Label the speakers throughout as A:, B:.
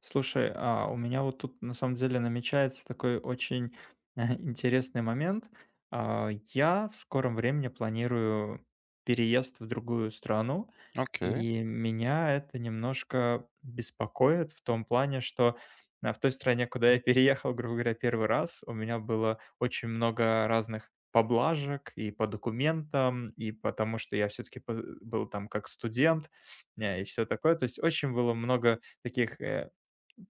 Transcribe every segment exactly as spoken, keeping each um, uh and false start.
A: Слушай, а у меня вот тут на самом деле намечается такой очень э, интересный момент. А, Я в скором времени планирую переезд в другую страну,
B: Окей,
A: и меня это немножко беспокоит в том плане, что а, в той стране, куда я переехал, грубо говоря, первый раз, у меня было очень много разных поблажек и по документам, и потому что я все-таки был там как студент э, и все такое. То есть очень было много таких э,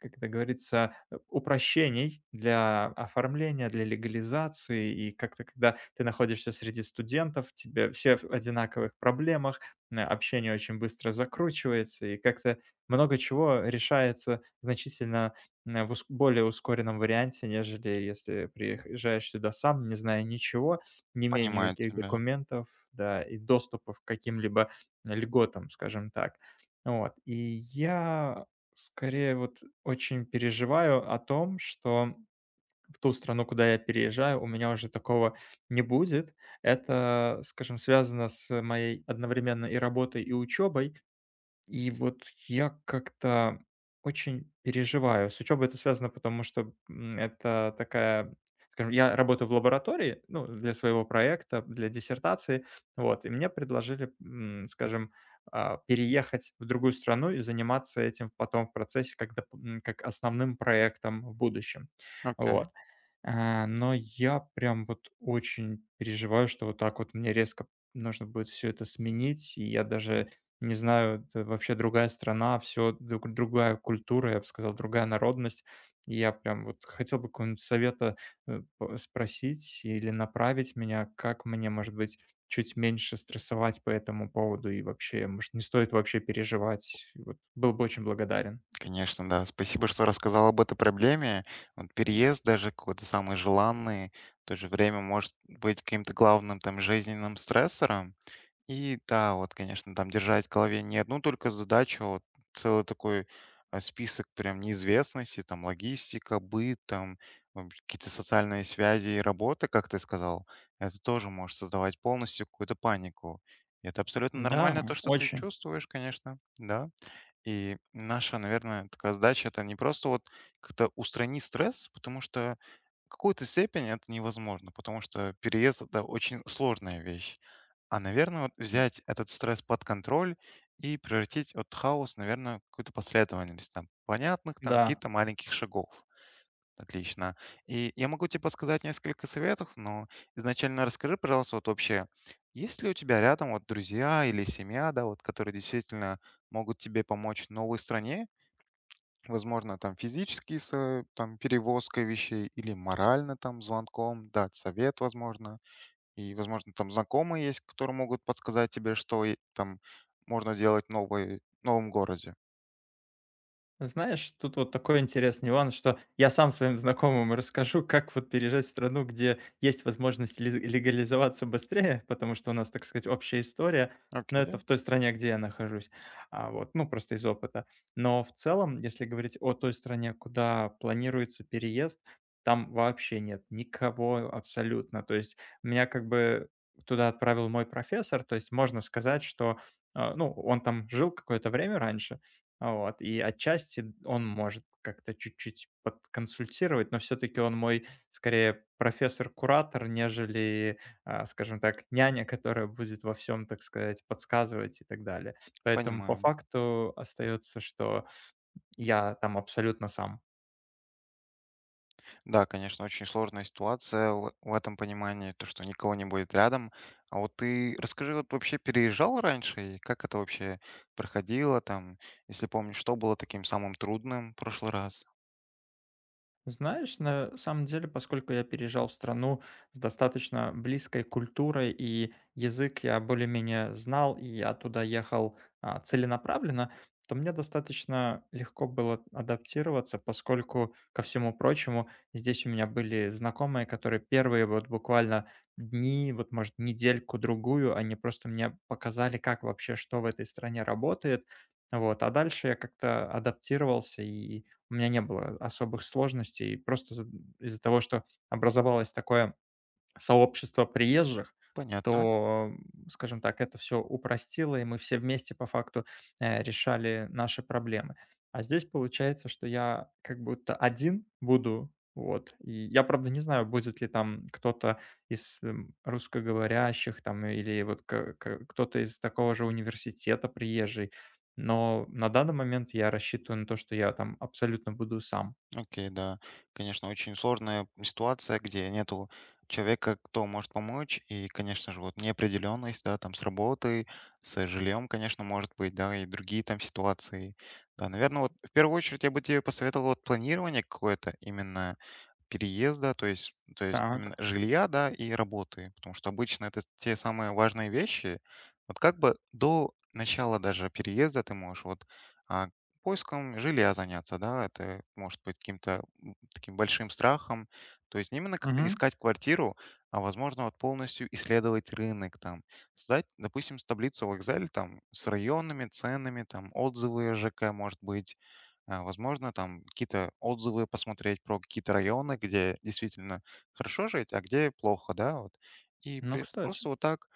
A: как это говорится, э, упрощений для оформления, для легализации. И как-то, когда ты находишься среди студентов, тебе все в одинаковых проблемах, э, общение очень быстро закручивается, и как-то много чего решается значительно э, в ус- более ускоренном варианте, нежели если приезжаешь сюда сам, не зная ничего, не имея
B: понимаю
A: никаких
B: тебя.
A: документов, да, и доступа к каким-либо льготам, скажем так. Вот. И я скорее вот очень переживаю о том, что в ту страну, куда я переезжаю, у меня уже такого не будет. Это, скажем, связано с моей одновременно и работой, и учебой. И вот я как-то очень переживаю. С учебой это связано, потому что, м, это такая, скажем, я работаю в лаборатории, ну, для своего проекта, для диссертации, вот, и мне предложили, м, скажем, а, переехать в другую страну и заниматься этим потом в процессе когда, как доп м, как основным проектом в будущем.
B: Окей,
A: Вот. А, но я прям вот очень переживаю, что вот так вот мне резко нужно будет все это сменить. И я даже не знаю, это вообще другая страна, все другая культура, я бы сказал, другая народность. И я прям вот хотел бы какого-нибудь совета, э, п спросить или направить меня, как мне, может быть, чуть меньше стрессовать по этому поводу и вообще, может, не стоит вообще переживать. Вот был бы очень благодарен.
B: конечно, да. Спасибо, что рассказал об этой проблеме. Вот переезд даже какой-то самый желанный, в то же время может быть каким-то главным там жизненным стрессором. И да, вот, конечно, там держать в голове не одну только задачу, а вот целый такой а, список прям неизвестности, там логистика, быт, там м, какие-то социальные связи и работа, как ты сказал, это тоже может создавать полностью какую-то панику. И это абсолютно нормально,
A: Да,
B: то, что ты
A: очень.
B: чувствуешь, конечно, да. И наша, наверное, такая задача — это не просто вот как-то устранить стресс, потому что какую-то степени это невозможно, потому что переезд это очень сложная вещь. А, наверное, вот взять этот стресс под контроль и превратить от хаос, наверное, какую-то последовательность там понятных, там
A: Да.
B: каких-то маленьких шагов. Отлично. И я могу тебе подсказать несколько советов, но изначально расскажи, пожалуйста, вот вообще, есть ли у тебя рядом вот друзья или семья, да, вот, которые действительно могут тебе помочь в новой стране. Возможно, там физически с э, там, перевозкой вещей или морально там звонком, дать совет, возможно. И, возможно, там знакомые есть, которые могут подсказать тебе, что и там можно делать новой, в новом городе.
A: Знаешь, тут вот такой интересный нюанс, что я сам своим знакомым расскажу, как вот переезжать в страну, где есть возможность лез- легализоваться быстрее, потому что у нас, так сказать, общая история, но
B: Окей,
A: это в той стране, где я нахожусь, а, вот, ну, просто из опыта. Но в целом, если говорить о той стране, куда планируется переезд, там вообще нет никого абсолютно. То есть меня как бы туда отправил мой профессор, то есть можно сказать, что а, ну, он там жил какое-то время раньше, вот, и отчасти он может как-то чуть-чуть подконсультировать, но все-таки он мой скорее профессор-куратор, нежели, а, скажем так, няня, которая будет во всем, так сказать, подсказывать и так далее. Поэтому по
B: понимаю.
A: факту остается, что я там абсолютно сам.
B: Да, конечно, очень сложная ситуация в, в этом понимании, то, что никого не будет рядом. А вот ты расскажи, вот вообще переезжал раньше, и как это вообще проходило там, если помнишь, что было таким самым трудным в прошлый раз?
A: Знаешь, на самом деле, поскольку я переезжал в страну с достаточно близкой культурой, и язык я более-менее знал, и я туда ехал а, целенаправленно, то мне достаточно легко было адаптироваться, поскольку, ко всему прочему, здесь у меня были знакомые, которые первые вот буквально дни, вот может недельку-другую, они просто мне показали, как вообще, что в этой стране работает, вот, а дальше я как-то адаптировался и у меня не было особых сложностей. Просто з Из-за того, что образовалось такое сообщество приезжих,
B: Понятно.
A: то, м, скажем так, это все упростило, и мы все вместе по факту, э, решали наши проблемы. А здесь получается, что я как будто один буду, вот. И я, правда, не знаю, будет ли там кто-то из, м, русскоговорящих там или вот к к кто-то из такого же университета приезжий, но на данный момент я рассчитываю на то, что я там абсолютно буду сам.
B: Окей, да. Конечно, очень сложная ситуация, где нету человека, кто может помочь. И, конечно же, вот неопределенность, да, там с работой, с жильем, конечно, может быть, да, и другие там ситуации. Да, наверное, вот в первую очередь я бы тебе посоветовал вот планирование какое-то именно переезда, то есть, то есть именно
A: Так.
B: жилья, да, и работы, потому что обычно это те самые важные вещи. Вот как бы до начала даже переезда ты можешь вот а, поиском жилья заняться, да, это может быть каким-то м, таким большим страхом, то есть не именно как-то
A: Мгм.
B: искать квартиру, а возможно вот полностью исследовать рынок там, создать, допустим, с таблицу в Excel там с районными ценами, там отзывы ЖК, может быть, а, возможно, там какие-то отзывы посмотреть про какие-то районы, где действительно хорошо жить, а где плохо, да, вот. И
A: Ну,
B: при-
A: кстати.
B: просто вот так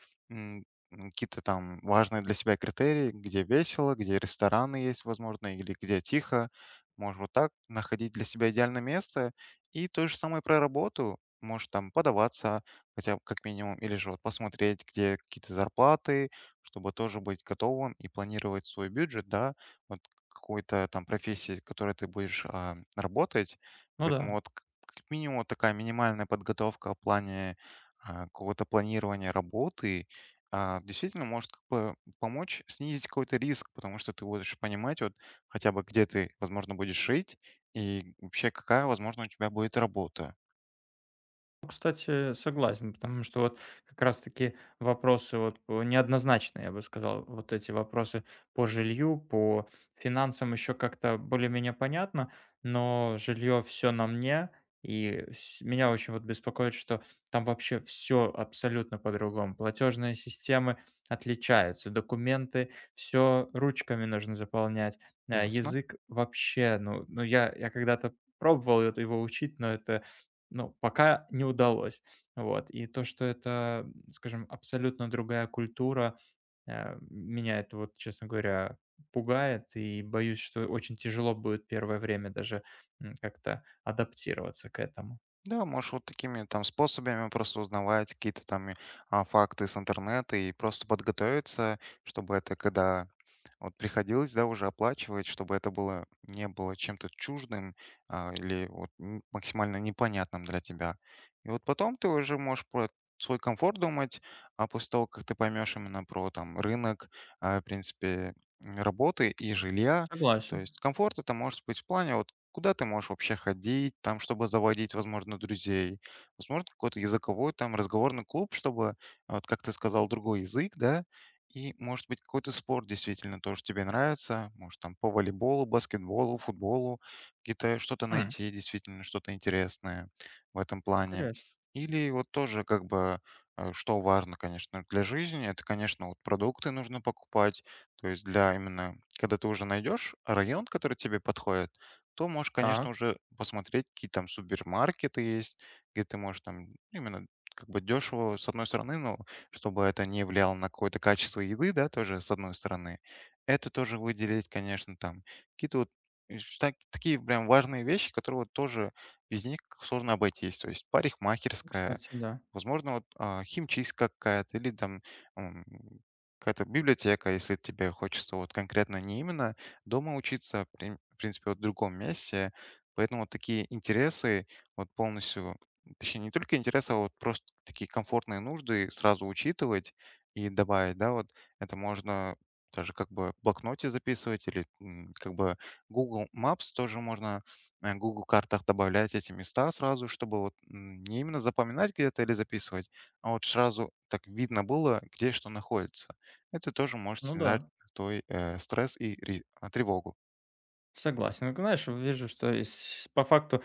B: м, какие-то там важные для себя критерии, где весело, где рестораны есть, возможно, или где тихо. Можешь вот так находить для себя идеальное место. И то же самое про работу. Можешь там подаваться, хотя бы как минимум, или же вот посмотреть, где какие-то зарплаты, чтобы тоже быть готовым и планировать свой бюджет, да, вот какой-то там профессии, в которой ты будешь а, работать.
A: Ну
B: Поэтому
A: да.
B: вот к- как минимум вот такая минимальная подготовка в плане а, какого-то планирования работы а, действительно может как бы помочь снизить какой-то риск, потому что ты будешь понимать вот хотя бы где ты, возможно, будешь жить и вообще какая, возможно, у тебя будет работа.
A: Ну, кстати, согласен, потому что вот как раз-таки вопросы вот по- неоднозначные, я бы сказал, вот эти вопросы по жилью, по финансам еще как-то более-менее понятно, но жилье все на мне, и с- меня очень вот беспокоит, что там вообще все абсолютно по-другому. Платежные системы отличаются, документы, все ручками нужно заполнять, э,
B: Ясно.
A: язык вообще, ну, ну я, я когда-то пробовал это- его учить, но это ну, пока не удалось. Вот. И то, что это, скажем, абсолютно другая культура, э, меня это вот, честно говоря, пугает, и боюсь, что очень тяжело будет первое время даже, м, как-то адаптироваться к этому.
B: Да, можешь вот такими там способами просто узнавать какие-то там э, а, факты с интернета и просто подготовиться, чтобы это когда вот приходилось, да, уже оплачивать, чтобы это было не было чем-то чуждым, а, или вот м, максимально непонятным для тебя. И вот потом ты уже можешь про свой комфорт думать, а после того, как ты поймешь именно про там рынок, а, в принципе, м, работы и жилья, то
A: Согласен.
B: есть комфорт это может быть в плане вот куда ты можешь вообще ходить, там, чтобы заводить, возможно, друзей, возможно, какой-то языковой там разговорный клуб, чтобы, а, вот как ты сказал, другой язык, да, и, может быть, какой-то спорт действительно тоже тебе нравится. Может, там по волейболу, баскетболу, футболу какие-то что-то
A: М.
B: найти, действительно, что-то интересное в этом плане.
A: Интересно.
B: Или вот тоже как бы э, что важно, конечно, для жизни, это, конечно, вот продукты нужно покупать. То есть для именно, когда ты уже найдешь район, который тебе подходит, то можешь, конечно,
A: Так.
B: уже посмотреть, какие там супермаркеты есть, где ты можешь там именно как бы дешево, с одной стороны, но чтобы это не влияло на какое-то качество еды, да, тоже с одной стороны. Это тоже выделить, конечно, там какие-то вот и ш- так- такие прям важные вещи, которые вот тоже без них сложно обойтись. То есть парикмахерская,
A: Кстати, да.
B: возможно, вот, а, химчистка какая-то или там м, какая-то библиотека, если тебе хочется вот конкретно не именно дома учиться, а прин- в принципе, вот в другом месте. Поэтому вот такие интересы вот полностью, точнее, не только интересы, а вот просто такие комфортные нужды сразу учитывать и добавить, да, вот это можно даже как бы в блокноте записывать или м, как бы Google Maps тоже можно на Google картах добавлять эти места сразу, чтобы вот м, не именно запоминать где-то или записывать, а вот сразу так видно было, где что находится. Это тоже может
A: Ну
B: снижать
A: да.
B: твой э, стресс и ри- а, тревогу.
A: Согласен. Вот. Знаешь, вижу, что из по факту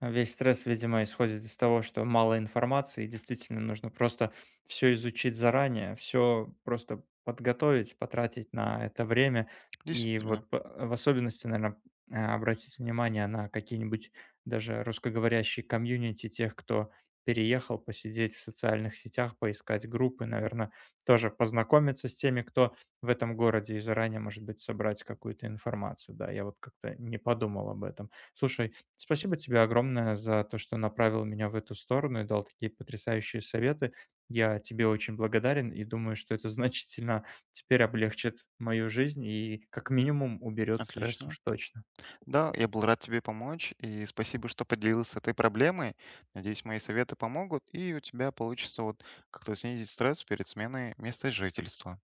A: э, весь стресс, видимо, исходит из того, что мало информации, и действительно нужно просто все изучить заранее, все просто подготовить, потратить на это время. И
B: Действительно.
A: вот п э, в особенности, наверное, обратить внимание на какие-нибудь даже русскоговорящие комьюнити тех, кто переехал, посидеть в социальных сетях, поискать группы, наверное, тоже познакомиться с теми, кто в этом городе и заранее, может быть, собрать какую-то информацию. Да, я вот как-то не подумал об этом. Слушай, спасибо тебе огромное за то, что направил меня в эту сторону и дал такие потрясающие советы. Я тебе очень благодарен и думаю, что это значительно теперь облегчит мою жизнь и как минимум уберет стресс
B: Отлично.
A: уж точно.
B: Да, я был рад тебе помочь, и спасибо, что поделился этой проблемой. Надеюсь, мои советы помогут, и у тебя получится вот как-то снизить стресс перед сменой места жительства.